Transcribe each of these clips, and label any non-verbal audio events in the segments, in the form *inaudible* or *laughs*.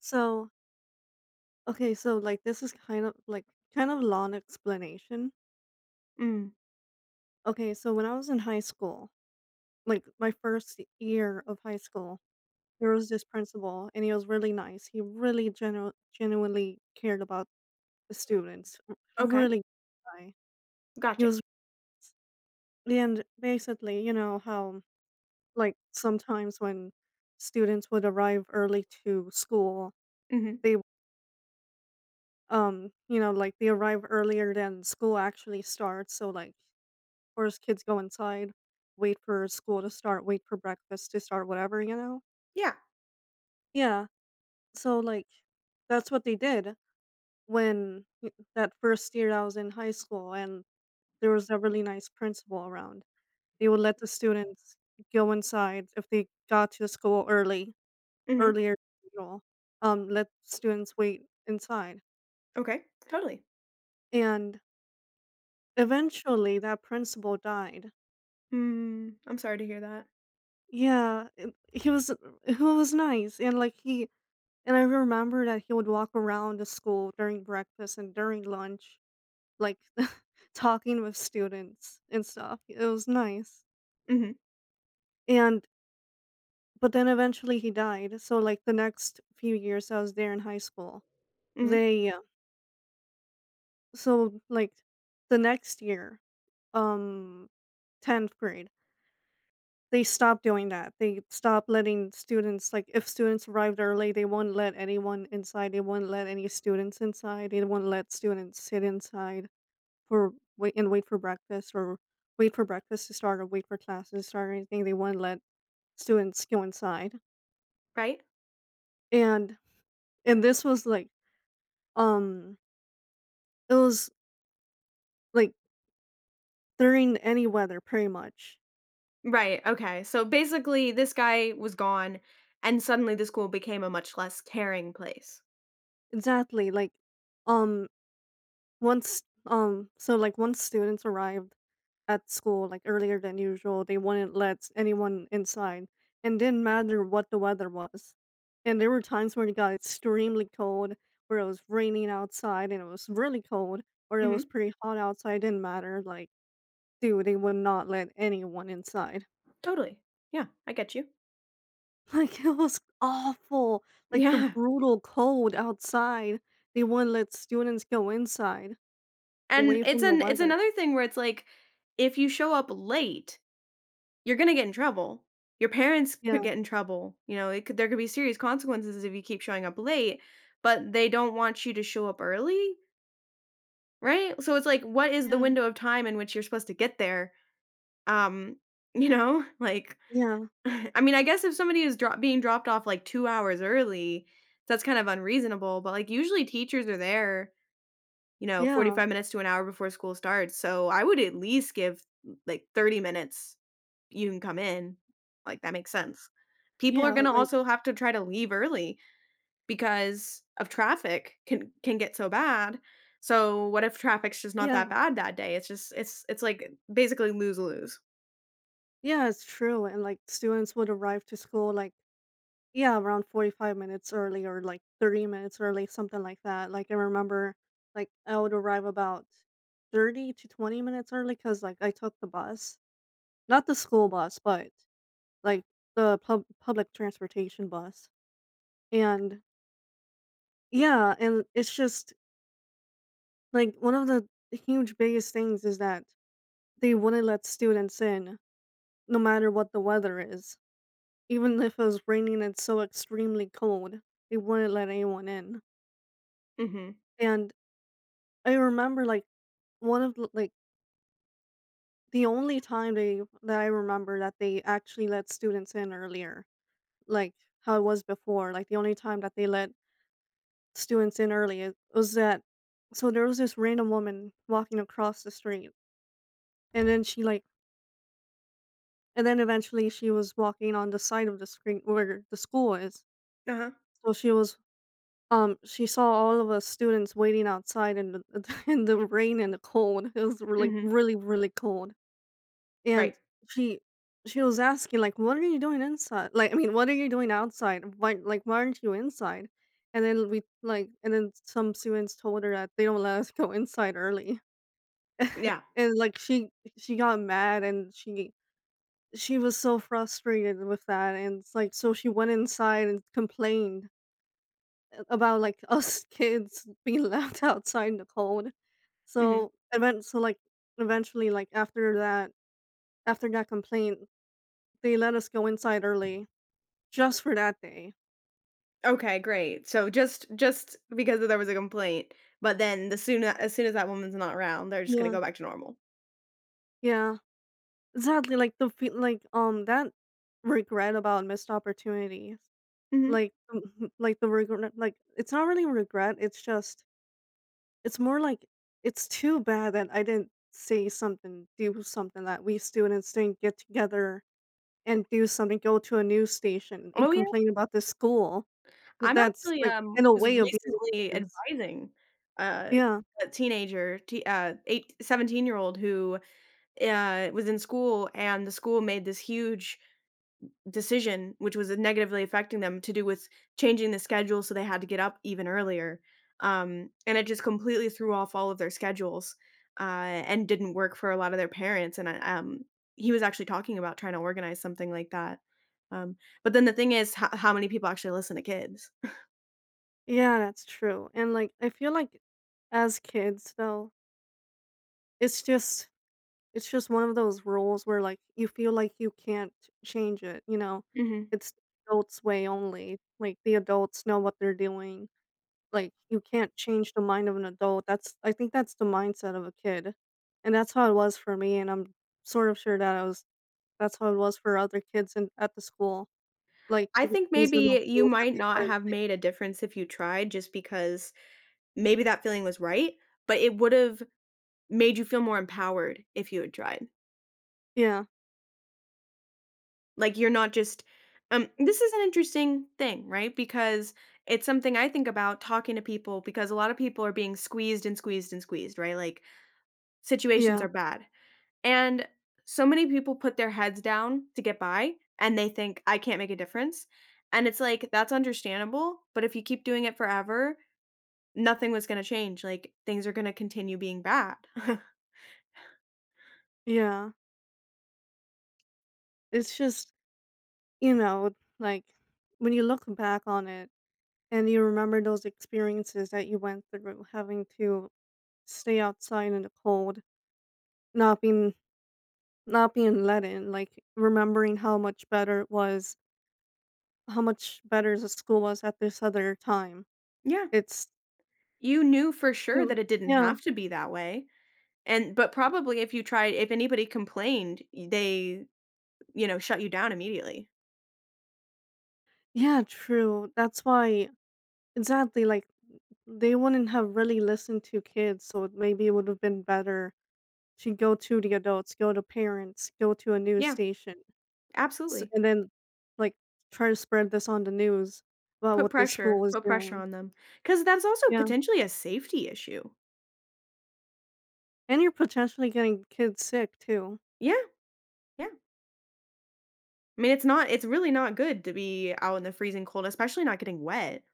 So, okay, so like this is kind of kind of long explanation. Mm, Okay, so when I was in high school, like my first year of high school, there was this principal and he was really nice. He really genuinely cared about the students. Okay, Really guy. He gotcha. was, and basically, you know, how like sometimes when students would arrive early to school, Mhm. they you know, like they arrive earlier than school actually starts, or as kids go inside, wait for school to start, wait for breakfast to start, whatever, you know? Yeah. Yeah. So, like, that's what they did when y- that first year I was in high school, and there was a really nice principal around. They would let the students go inside if they got to school early, Mhm. earlier than usual, let students wait inside. Okay, totally. And eventually that principal died. Mm, I'm sorry to hear that. Yeah, he was nice. And I remember that he would walk around the school during breakfast and during lunch, like *laughs* talking with students and stuff. It was nice. Mhm, And but then eventually he died. So like the next few years I was there in high school, mhm. they so like the next year, um, tenth grade, they stopped doing that. They stopped letting students, like, if students arrived early, they wouldn't let anyone inside. They wouldn't let any students inside. They wouldn't let students sit inside for wait and wait for breakfast, or wait for breakfast to start, or wait for classes to start, or anything. They wouldn't let students go inside. Right? And and this was like, um it was like during any weather pretty much. Right, okay, so basically this guy was gone, and suddenly the school became a much less caring place. Exactly. Like, um once so like once students arrived at school, like, earlier than usual. They wouldn't let anyone inside, and didn't matter what the weather was. And there were times when it got extremely cold, where it was raining outside and it was really cold, or it was Mhm, pretty hot outside. Didn't matter. Like, dude, they would not let anyone inside. *laughs* totally. Yeah, I get you. Like, it was awful. *laughs* Like the Yeah, brutal cold outside. They wouldn't let students go inside, and away it's from the an it's weather. another thing where it's like, if you show up late you're gonna get in trouble. Your parents could Yeah, get in trouble. You know, it could there could be serious consequences if you keep showing up late, but they don't want you to show up early, right? So it's like, what is the yeah, window of time in which you're supposed to get there? Um, you know, *laughs* like, yeah, *laughs* I mean, I guess if somebody is drop being dropped off like 2 hours early, that's kind of unreasonable. But like, usually teachers are there, you know, yeah, 45 minutes to an hour before school starts. So I would at least give like 30 minutes you can come in, like, that makes sense. People are yeah. gonna Like, also have to try to leave early because of traffic can get so bad. So, what if traffic's just not yeah. that bad that day? It's just it's, like, basically lose-lose. Yeah, it's true. And like students would arrive to school, like, yeah, around 45 minutes early or like 30 minutes early, something like that. Like, I remember, like, I would arrive about 30 to 20 minutes early, cuz like I took the bus, not the school bus, but like the public transportation bus. And yeah, and it's just like one of the huge biggest things is that they wouldn't let students in no matter what the weather is. Even if it was raining and so extremely cold, they wouldn't let anyone in. Mhm. And I remember, like, like the only time they that I remember that they actually let students in earlier, like how it was before. Like the only time that they let students in early was that, so there was this random woman walking across the street, and then she like and then eventually she was walking on the side of the street where the school is. Uh-huh. So she was she saw all of us students waiting outside in the *laughs* in the rain and the cold. It was, like, Mhm. really, really cold. And Right. she she was asking, like, "What are you doing inside? Like, I mean, what are you doing outside? Why, like, why aren't you inside?" And then we, like, and then some students told her that they don't let us *laughs* go inside early. Yeah. And like she got mad, and she was so frustrated with that. And it's like so she went inside and complained about, like, us *laughs* kids being left *laughs* outside in the cold. Mhm. So event so like Eventually, like, after that complaint, they let us go inside early just for that day. Okay, great. So, just because there was a complaint, but then the soon as that woman's not around, they're just gonna Yeah. go back to normal. Yeah. Exactly. Like that regret about missed opportunities. Mhm. Like, *laughs* like, the regret, like, it's not really regret, it's more like, it's too bad that I didn't say something, do something, that we students didn't get together and do something, go to a news station, and Oh, yeah. complain about the school. But I'm that's, actually, like, in a was way, abusing recently kids. advising, uh, Yeah. a teenager, te eight 17-year-old who, was in school, and the school made this huge decision, which was negatively affecting them, to do with changing the schedule so they had to get up even earlier, and it just completely threw off all of their schedules, and didn't work for a lot of their parents, and he was actually talking about trying to organize something like that, um, but then the thing is, ho how many people actually listen to kids? Yeah, that's true, and, like, I feel like, as kids, though, it's just it's just one of those rules where, like, you feel like you can't change it, you know? *laughs* It's adults' way only, like, the adults know what they're doing, like, you can't change the mind of an adult. That's I think that's the mindset of a kid, and that's how it was for me, and I'm sort of sure that I was that's how it was for other kids in at the school. Like, I th think these are the maybe you rules that might they put not in have place. made a difference if you tried just because maybe that feeling was right, but it would've made you feel more empowered if you had tried. Yeah, Like, you're not just this is an interesting thing, right? Because it's something I think about talking to people because a lot of people are being squeezed and squeezed and squeezed, right? Like, situations yeah, are bad. And so many people put their heads down to get by and they think, I can't make a difference. And it's like, that's understandable. But if you keep doing it forever, nothing was gonna change, like, things are gonna continue being bad. *laughs* yeah. It's just, you know, like, when you look back on it and you remember those experiences that you went through, having to stay outside in the cold, not being not being let in, like, remembering how much better it was, how much better the school was at this other time. Yeah. It's You knew for it sure w that it didn't Yeah. have to be that way, and but probably if you tried if anybody complained, y they, you know, shut you down immediately. Yeah, true. That's why, exactly, like they wouldn't have really listened to kids, so it maybe it would have been better to go to the adults, go to parents, go to a news Yeah, station, s absolutely. and then, like, try to spread this on the news about what the school was Put pressure doing. on them because that's also Yeah, potentially a safety issue. and you're potentially getting kids sick too. Yeah, yeah. I mean, it's really not good to be out in the freezing cold, especially not getting wet.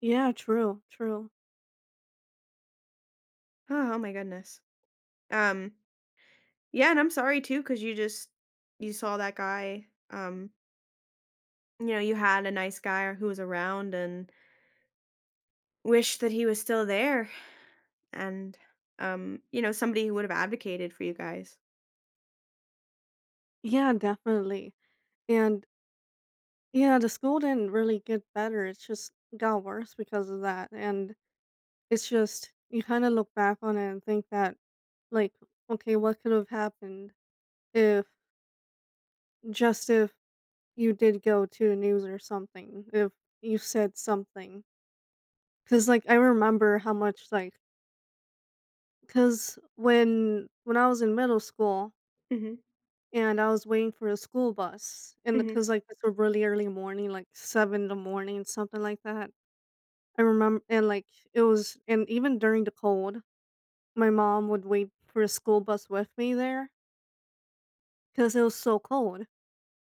Yeah, true, true. Oh, oh my goodness. Um, yeah, and I'm sorry too, because you just you saw that guy, you know, you had a nice guy who was around and wish that he was still there and, you know, somebody who would have advocated for you guys. Yeah, definitely, and, yeah, the school didn't really get better, it just got worse because of that, and it's just, you kinda look back on it and think that, like, "Okay, what could have happened?" if, just, if you did go to the news or something, if you said something. Cause, like, I remember how much, like, cause when I was in middle school Mhm, and I was waiting for a school bus, and mhm. because like it's a really early morning, like 7 in the morning, something like that. I remember, and like it was, and even during the cold, my mom would wait for a school bus with me there because it was so cold.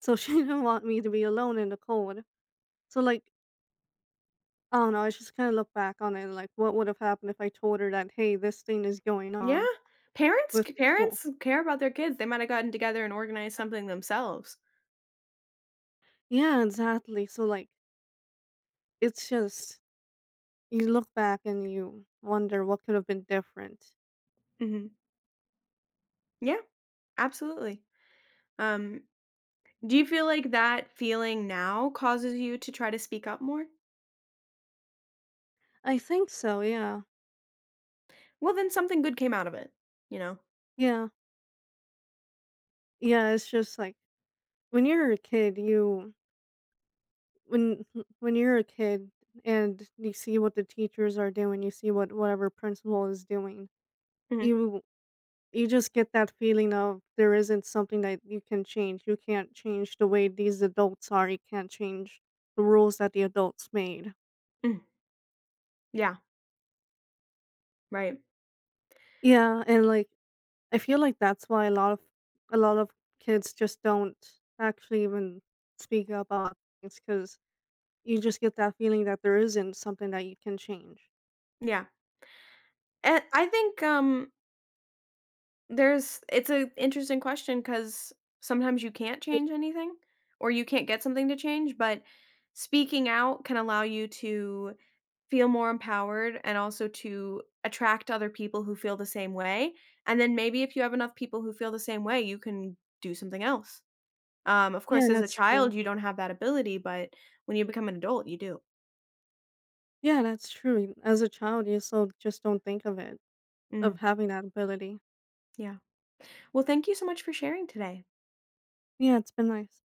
So *laughs* she didn't want me to be alone in the cold. So like Oh no, I just kinda look back on it and, like, what would have happened if I told her that, "Hey, this thing is going Yeah. on with the school." Parents care about their kids. They might have gotten together and organized something themselves. Yeah, exactly. So, like, it's just, you look back and you wonder what could have been different. Mhm. Yeah, absolutely. Um Do you feel like that feeling now causes you to try to speak up more? I think so, yeah. Well, then something good came out of it, you know? Yeah. Yeah, it's just like, when you're a kid, you when when you're a kid, and you see what the teachers are doing, you see what, whatever, principal is doing, Mhm, you You just get that feeling of there isn't something that you can change. You can't change the way these adults are. You can't change the rules that the adults made. mm, yeah, right, Yeah, and like, I feel like that's why a lot of kids just don't actually even speak about things because you just get that feeling that there isn't something that you can change. yeah. And I think, there's it's an interesting question because sometimes you can't change anything or you can't get something to change, but speaking out can allow you to feel more empowered and also to attract other people who feel the same way, and then maybe if you have enough people who feel the same way, you can do something else. Of course, Yeah, as a that's child, true. you don't have that ability, but when you become an adult, you do. Yeah, that's true. As a child, you so just don't think of it, Mm, of having that ability. yeah. Well, thank you so much for sharing today. Yeah, it's been nice.